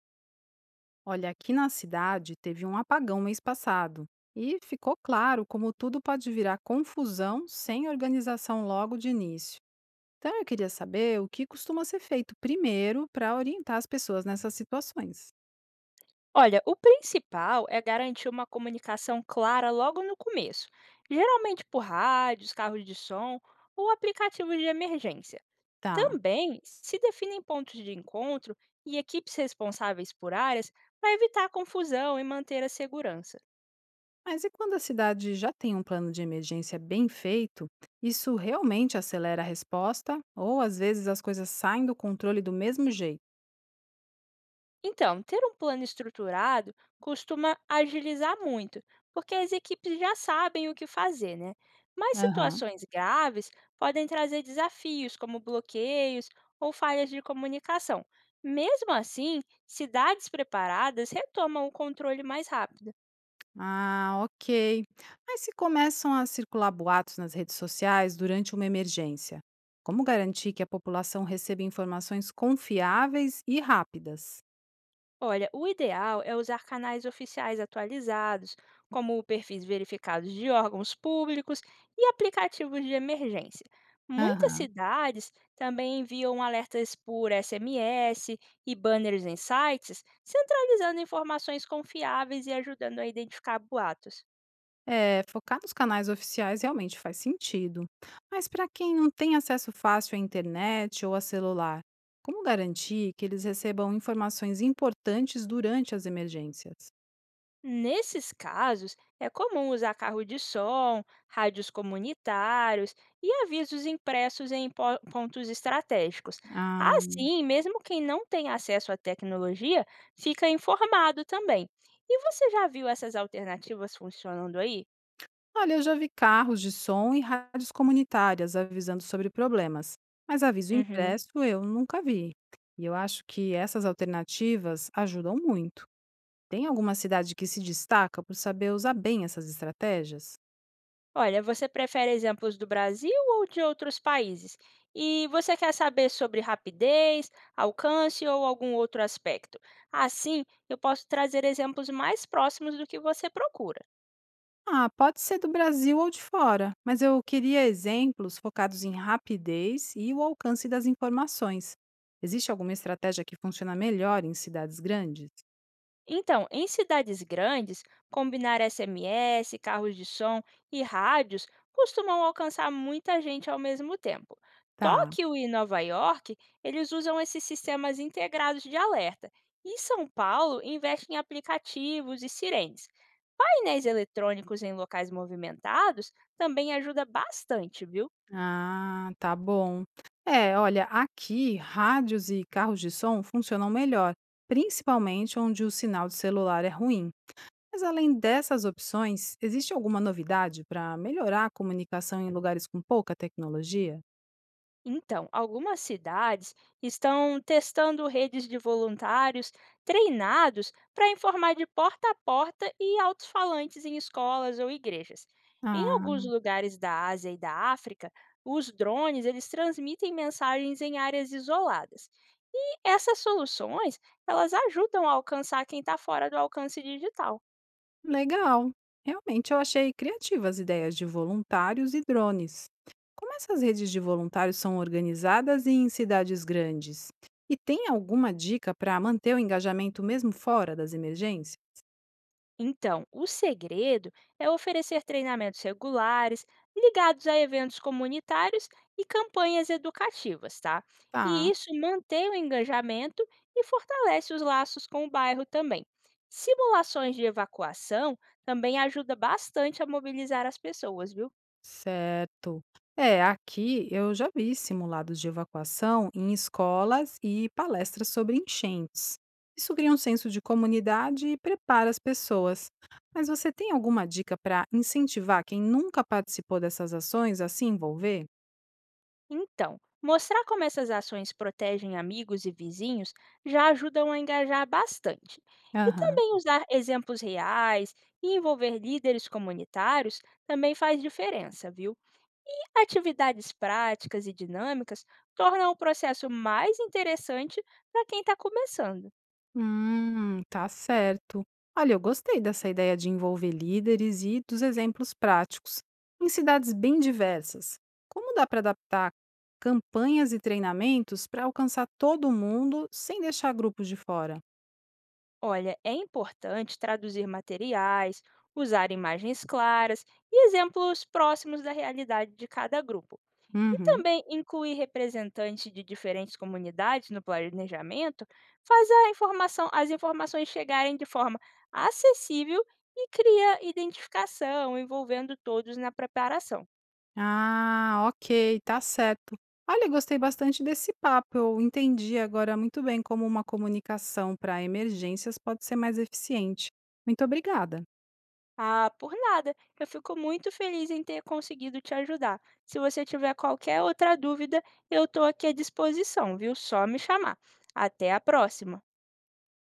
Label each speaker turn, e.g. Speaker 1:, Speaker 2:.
Speaker 1: Olha, aqui na cidade teve um apagão mês passado e ficou claro como tudo pode virar confusão sem organização logo de início. Então eu queria saber o que costuma ser feito primeiro para orientar as pessoas nessas situações.
Speaker 2: Olha, o principal é garantir uma comunicação clara logo no começo, geralmente por rádios, carros de som ou aplicativos de emergência.
Speaker 1: Tá.
Speaker 2: Também se definem pontos de encontro e equipes responsáveis por áreas para evitar confusão e manter a segurança.
Speaker 1: Mas e quando a cidade já tem um plano de emergência bem feito, isso realmente acelera a resposta ou às vezes as coisas saem do controle do mesmo jeito?
Speaker 2: Então, ter um plano estruturado costuma agilizar muito, porque as equipes já sabem o que fazer, né? Mas
Speaker 1: Aham.
Speaker 2: situações graves podem trazer desafios, como bloqueios ou falhas de comunicação. Mesmo assim, cidades preparadas retomam o controle mais rápido.
Speaker 1: Ah, ok. Mas se começam a circular boatos nas redes sociais durante uma emergência, como garantir que a população receba informações confiáveis e rápidas?
Speaker 2: Olha, o ideal é usar canais oficiais atualizados, como perfis verificados de órgãos públicos e aplicativos de emergência. Muitas
Speaker 1: Aham.
Speaker 2: cidades também enviam alertas por SMS e banners em sites, centralizando informações confiáveis e ajudando a identificar boatos.
Speaker 1: É, focar nos canais oficiais realmente faz sentido. Mas para quem não tem acesso fácil à internet ou a celular, como garantir que eles recebam informações importantes durante as emergências?
Speaker 2: Nesses casos, é comum usar carro de som, rádios comunitários e avisos impressos em pontos estratégicos.
Speaker 1: Ah.
Speaker 2: Assim, mesmo quem não tem acesso à tecnologia fica informado também. E você já viu essas alternativas funcionando aí?
Speaker 1: Olha, eu já vi carros de som e rádios comunitárias avisando sobre problemas, mas aviso
Speaker 2: Uhum.
Speaker 1: impresso eu nunca vi. E eu acho que essas alternativas ajudam muito. Tem alguma cidade que se destaca por saber usar bem essas estratégias?
Speaker 2: Olha, você prefere exemplos do Brasil ou de outros países? E você quer saber sobre rapidez, alcance ou algum outro aspecto? Assim, eu posso trazer exemplos mais próximos do que você procura.
Speaker 1: Ah, pode ser do Brasil ou de fora, mas eu queria exemplos focados em rapidez e o alcance das informações. Existe alguma estratégia que funciona melhor em cidades grandes?
Speaker 2: Então, em cidades grandes, combinar SMS, carros de som e rádios costumam alcançar muita gente ao mesmo tempo.
Speaker 1: Tá.
Speaker 2: Tóquio e Nova York, eles usam esses sistemas integrados de alerta. E São Paulo investe em aplicativos e sirenes. Painéis eletrônicos em locais movimentados também ajuda bastante, viu?
Speaker 1: Ah, tá bom. É, olha, aqui rádios e carros de som funcionam melhor, principalmente onde o sinal de celular é ruim. Mas além dessas opções, existe alguma novidade para melhorar a comunicação em lugares com pouca tecnologia?
Speaker 2: Então, algumas cidades estão testando redes de voluntários treinados para informar de porta a porta e alto-falantes em escolas ou igrejas. Em alguns
Speaker 1: Ah,
Speaker 2: lugares da Ásia e da África, os drones eles transmitem mensagens em áreas isoladas. E essas soluções, elas ajudam a alcançar quem está fora do alcance digital.
Speaker 1: legal. Realmente eu achei criativas ideias de voluntários e drones. Como essas redes de voluntários são organizadas e em cidades grandes? E tem alguma dica para manter o engajamento mesmo fora das emergências?
Speaker 2: Então, o segredo é oferecer treinamentos regulares, ligados a eventos comunitários e campanhas educativas, tá? E
Speaker 1: Tá,
Speaker 2: isso mantém o engajamento e fortalece os laços com o bairro também. Simulações de evacuação também ajuda bastante a mobilizar as pessoas, viu?
Speaker 1: certo. É, aqui eu já vi simulados de evacuação em escolas e palestras sobre enchentes. Isso cria um senso de comunidade e prepara as pessoas. Mas você tem alguma dica para incentivar quem nunca participou dessas ações a se envolver?
Speaker 2: Então, mostrar como essas ações protegem amigos e vizinhos já ajudam a engajar bastante. E
Speaker 1: Aham.
Speaker 2: também usar exemplos reais e envolver líderes comunitários também faz diferença, viu? E atividades práticas e dinâmicas tornam o processo mais interessante para quem está começando.
Speaker 1: Tá certo. Olha, eu gostei dessa ideia de envolver líderes e dos exemplos práticos em cidades bem diversas. Como dá para adaptar campanhas e treinamentos para alcançar todo mundo sem deixar grupos de fora?
Speaker 2: Olha, é importante traduzir materiais, usar imagens claras e exemplos próximos da realidade de cada grupo. E
Speaker 1: Uhum.
Speaker 2: também incluir representantes de diferentes comunidades no planejamento faz as informações chegarem de forma acessível e cria identificação, envolvendo todos na preparação.
Speaker 1: Ah, ok, tá certo. Olha, eu gostei bastante desse papo. Eu entendi agora muito bem como uma comunicação para emergências pode ser mais eficiente. Muito obrigada.
Speaker 2: Ah, por nada. Eu fico muito feliz em ter conseguido te ajudar. Se você tiver qualquer outra dúvida, eu estou aqui à disposição, viu? Só me chamar. Até a próxima!